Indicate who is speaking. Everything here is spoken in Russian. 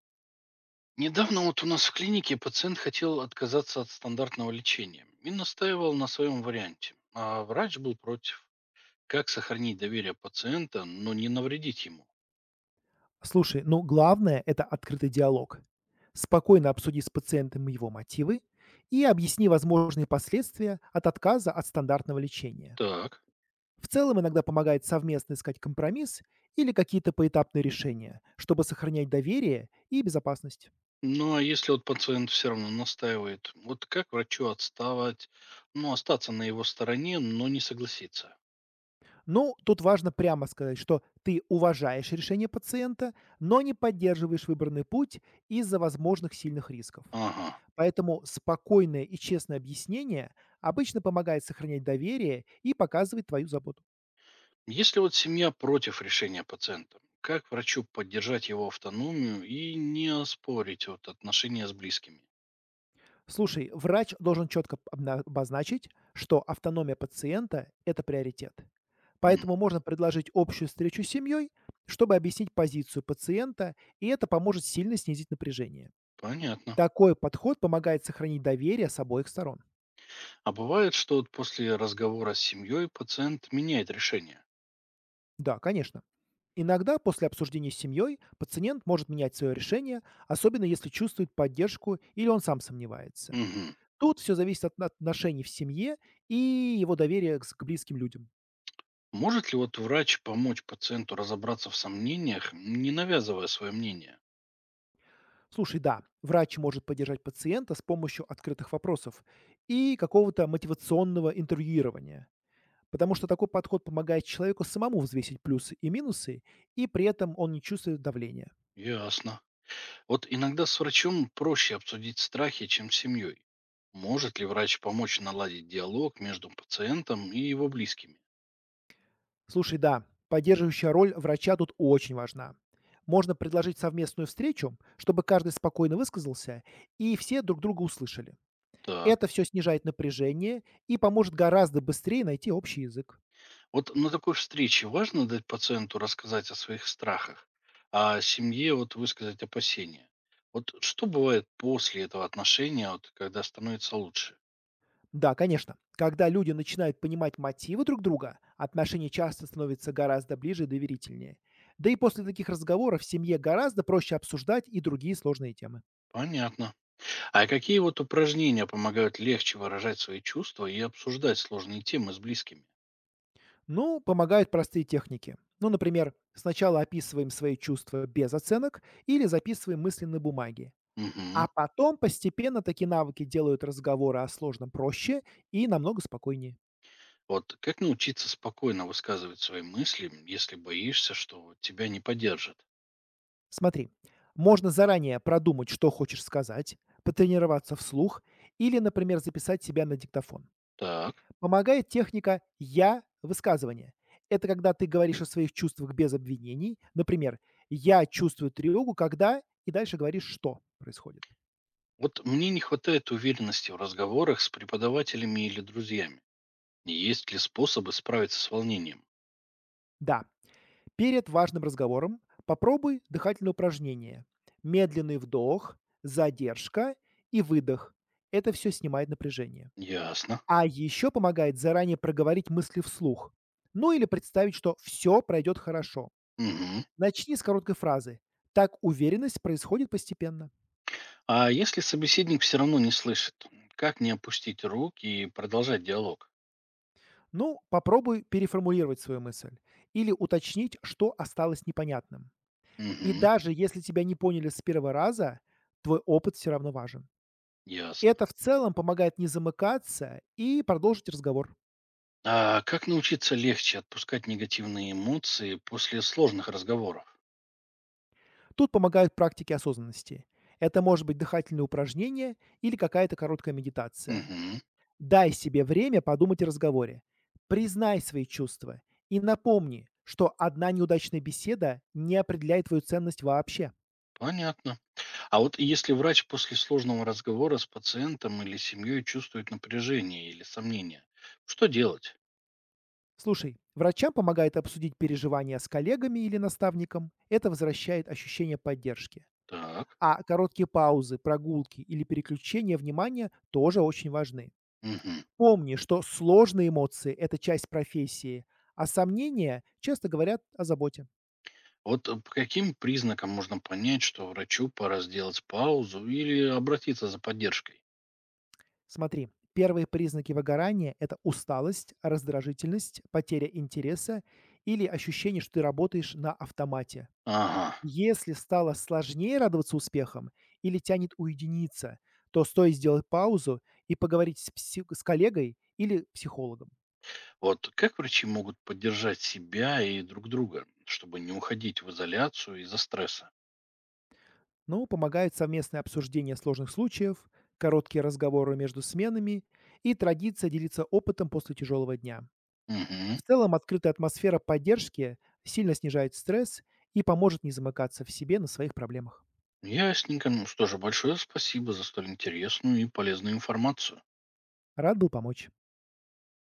Speaker 1: Недавно вот у нас в клинике пациент хотел отказаться от стандартного лечения и настаивал на своем варианте, а врач был против. Как сохранить доверие пациента, но не навредить ему?
Speaker 2: Слушай, ну главное - это открытый диалог. Спокойно обсуди с пациентом его мотивы и объясни возможные последствия от отказа от стандартного лечения.
Speaker 1: Так.
Speaker 2: В целом иногда помогает совместно искать компромисс или какие-то поэтапные решения, чтобы сохранять доверие и безопасность.
Speaker 1: Ну а если вот пациент все равно настаивает, вот как врачу отставать, ну остаться на его стороне, но не согласиться?
Speaker 2: Ну, тут важно прямо сказать, что ты уважаешь решение пациента, но не поддерживаешь выбранный путь из-за возможных сильных рисков.
Speaker 1: Ага.
Speaker 2: Поэтому спокойное и честное объяснение обычно помогает сохранять доверие и показывает твою заботу.
Speaker 1: Если вот семья против решения пациента, как врачу поддержать его автономию и не оспорить вот отношения с близкими?
Speaker 2: Слушай, врач должен четко обозначить, что автономия пациента – это приоритет.
Speaker 1: М.
Speaker 2: Поэтому можно предложить общую встречу с семьей, чтобы объяснить позицию пациента, и это поможет сильно снизить напряжение.
Speaker 1: Понятно.
Speaker 2: Такой подход помогает сохранить доверие с обоих сторон.
Speaker 1: А бывает, что вот после разговора с семьей пациент меняет решение.
Speaker 2: Да, конечно. Иногда после обсуждения с семьей пациент может менять свое решение, особенно если чувствует поддержку или он сам сомневается.
Speaker 1: Мгм.
Speaker 2: Тут все зависит от отношений в семье и его доверия к близким людям.
Speaker 1: Может ли вот врач помочь пациенту разобраться в сомнениях, не навязывая свое мнение?
Speaker 2: Слушай, да, врач может поддержать пациента с помощью открытых вопросов и какого-то мотивационного интервьюирования, потому что такой подход помогает человеку самому взвесить плюсы и минусы, и при этом он не чувствует давления.
Speaker 1: Ясно. Вот иногда с врачом проще обсудить страхи, чем с семьей. Может ли врач помочь наладить диалог между пациентом и его близкими?
Speaker 2: Слушай, да, поддерживающая роль врача тут очень важна. Можно предложить совместную встречу, чтобы каждый спокойно высказался и все друг друга услышали.
Speaker 1: Так.
Speaker 2: Это все снижает напряжение и поможет гораздо быстрее найти общий язык.
Speaker 1: Вот на такой встрече важно дать пациенту рассказать о своих страхах, а семье вот высказать опасения. Вот что бывает после этого отношения, вот, когда становится лучше?
Speaker 2: Да, конечно, когда люди начинают понимать мотивы друг друга, отношения часто становятся гораздо ближе и доверительнее. Да и после таких разговоров в семье гораздо проще обсуждать и другие сложные темы.
Speaker 1: Понятно. А какие вот упражнения помогают легче выражать свои чувства и обсуждать сложные темы с близкими?
Speaker 2: Ну, помогают простые техники. Ну, например, сначала описываем свои чувства без оценок или записываем мысли на бумаге.
Speaker 1: Мгм.
Speaker 2: А потом постепенно такие навыки делают разговоры о сложном проще и намного спокойнее.
Speaker 1: Вот как научиться спокойно высказывать свои мысли, если боишься, что тебя не поддержат?
Speaker 2: Смотри, можно заранее продумать, что хочешь сказать, потренироваться вслух или, например, записать себя на диктофон.
Speaker 1: Так.
Speaker 2: Помогает техника "я"-высказывания. Это когда ты говоришь о своих чувствах без обвинений. Например, "я чувствую тревогу, когда" и дальше говоришь, что происходит.
Speaker 1: Вот мне не хватает уверенности в разговорах с преподавателями или друзьями. Есть ли способы справиться с волнением?
Speaker 2: Да, перед важным разговором попробуй дыхательные упражнения: медленный вдох, задержка и выдох. Это все снимает напряжение.
Speaker 1: Ясно.
Speaker 2: А еще помогает заранее проговорить мысли вслух, ну или представить, что все пройдет хорошо.
Speaker 1: Мгм.
Speaker 2: Начни с короткой фразы. Так уверенность происходит постепенно.
Speaker 1: А если собеседник все равно не слышит, как не опустить рук и продолжать диалог?
Speaker 2: Ну, попробуй переформулировать свою мысль или уточнить, что осталось непонятным. И
Speaker 1: Мгм.
Speaker 2: даже если тебя не поняли с первого раза, твой опыт все равно важен.
Speaker 1: Ясно.
Speaker 2: Это в целом помогает не замыкаться и продолжить разговор.
Speaker 1: А как научиться легче отпускать негативные эмоции после сложных разговоров?
Speaker 2: Тут помогают практики осознанности. Это может быть дыхательное упражнение или какая-то короткая медитация.
Speaker 1: Мгм.
Speaker 2: Дай себе время подумать о разговоре. Признай свои чувства и напомни, что одна неудачная беседа не определяет твою ценность вообще.
Speaker 1: Понятно. А вот если врач после сложного разговора с пациентом или семьей чувствует напряжение или сомнение, что делать?
Speaker 2: Слушай, врачам помогает обсудить переживания с коллегами или наставником. Это возвращает ощущение поддержки.
Speaker 1: Так.
Speaker 2: А короткие паузы, прогулки или переключение внимания тоже очень важны.
Speaker 1: Мгм.
Speaker 2: Помни, что сложные эмоции – это часть профессии, а сомнения часто говорят о заботе.
Speaker 1: Вот по каким признакам можно понять, что врачу пора сделать паузу или обратиться за поддержкой?
Speaker 2: Смотри, первые признаки выгорания – это усталость, раздражительность, потеря интереса или ощущение, что ты работаешь на автомате.
Speaker 1: Ага.
Speaker 2: Если стало сложнее радоваться успехам или тянет уединиться, то стоит сделать паузу и поговорить с коллегой или психологом.
Speaker 1: Вот как врачи могут поддержать себя и друг друга, чтобы не уходить в изоляцию из-за стресса?
Speaker 2: Ну, помогает совместное обсуждение сложных случаев, короткие разговоры между сменами и традиция делиться опытом после тяжелого дня. В
Speaker 1: Угу.
Speaker 2: целом, открытая атмосфера поддержки сильно снижает стресс и поможет не замыкаться в себе на своих проблемах.
Speaker 1: Ясненько. Ну что же, большое спасибо за столь интересную и полезную информацию.
Speaker 2: Рад был помочь.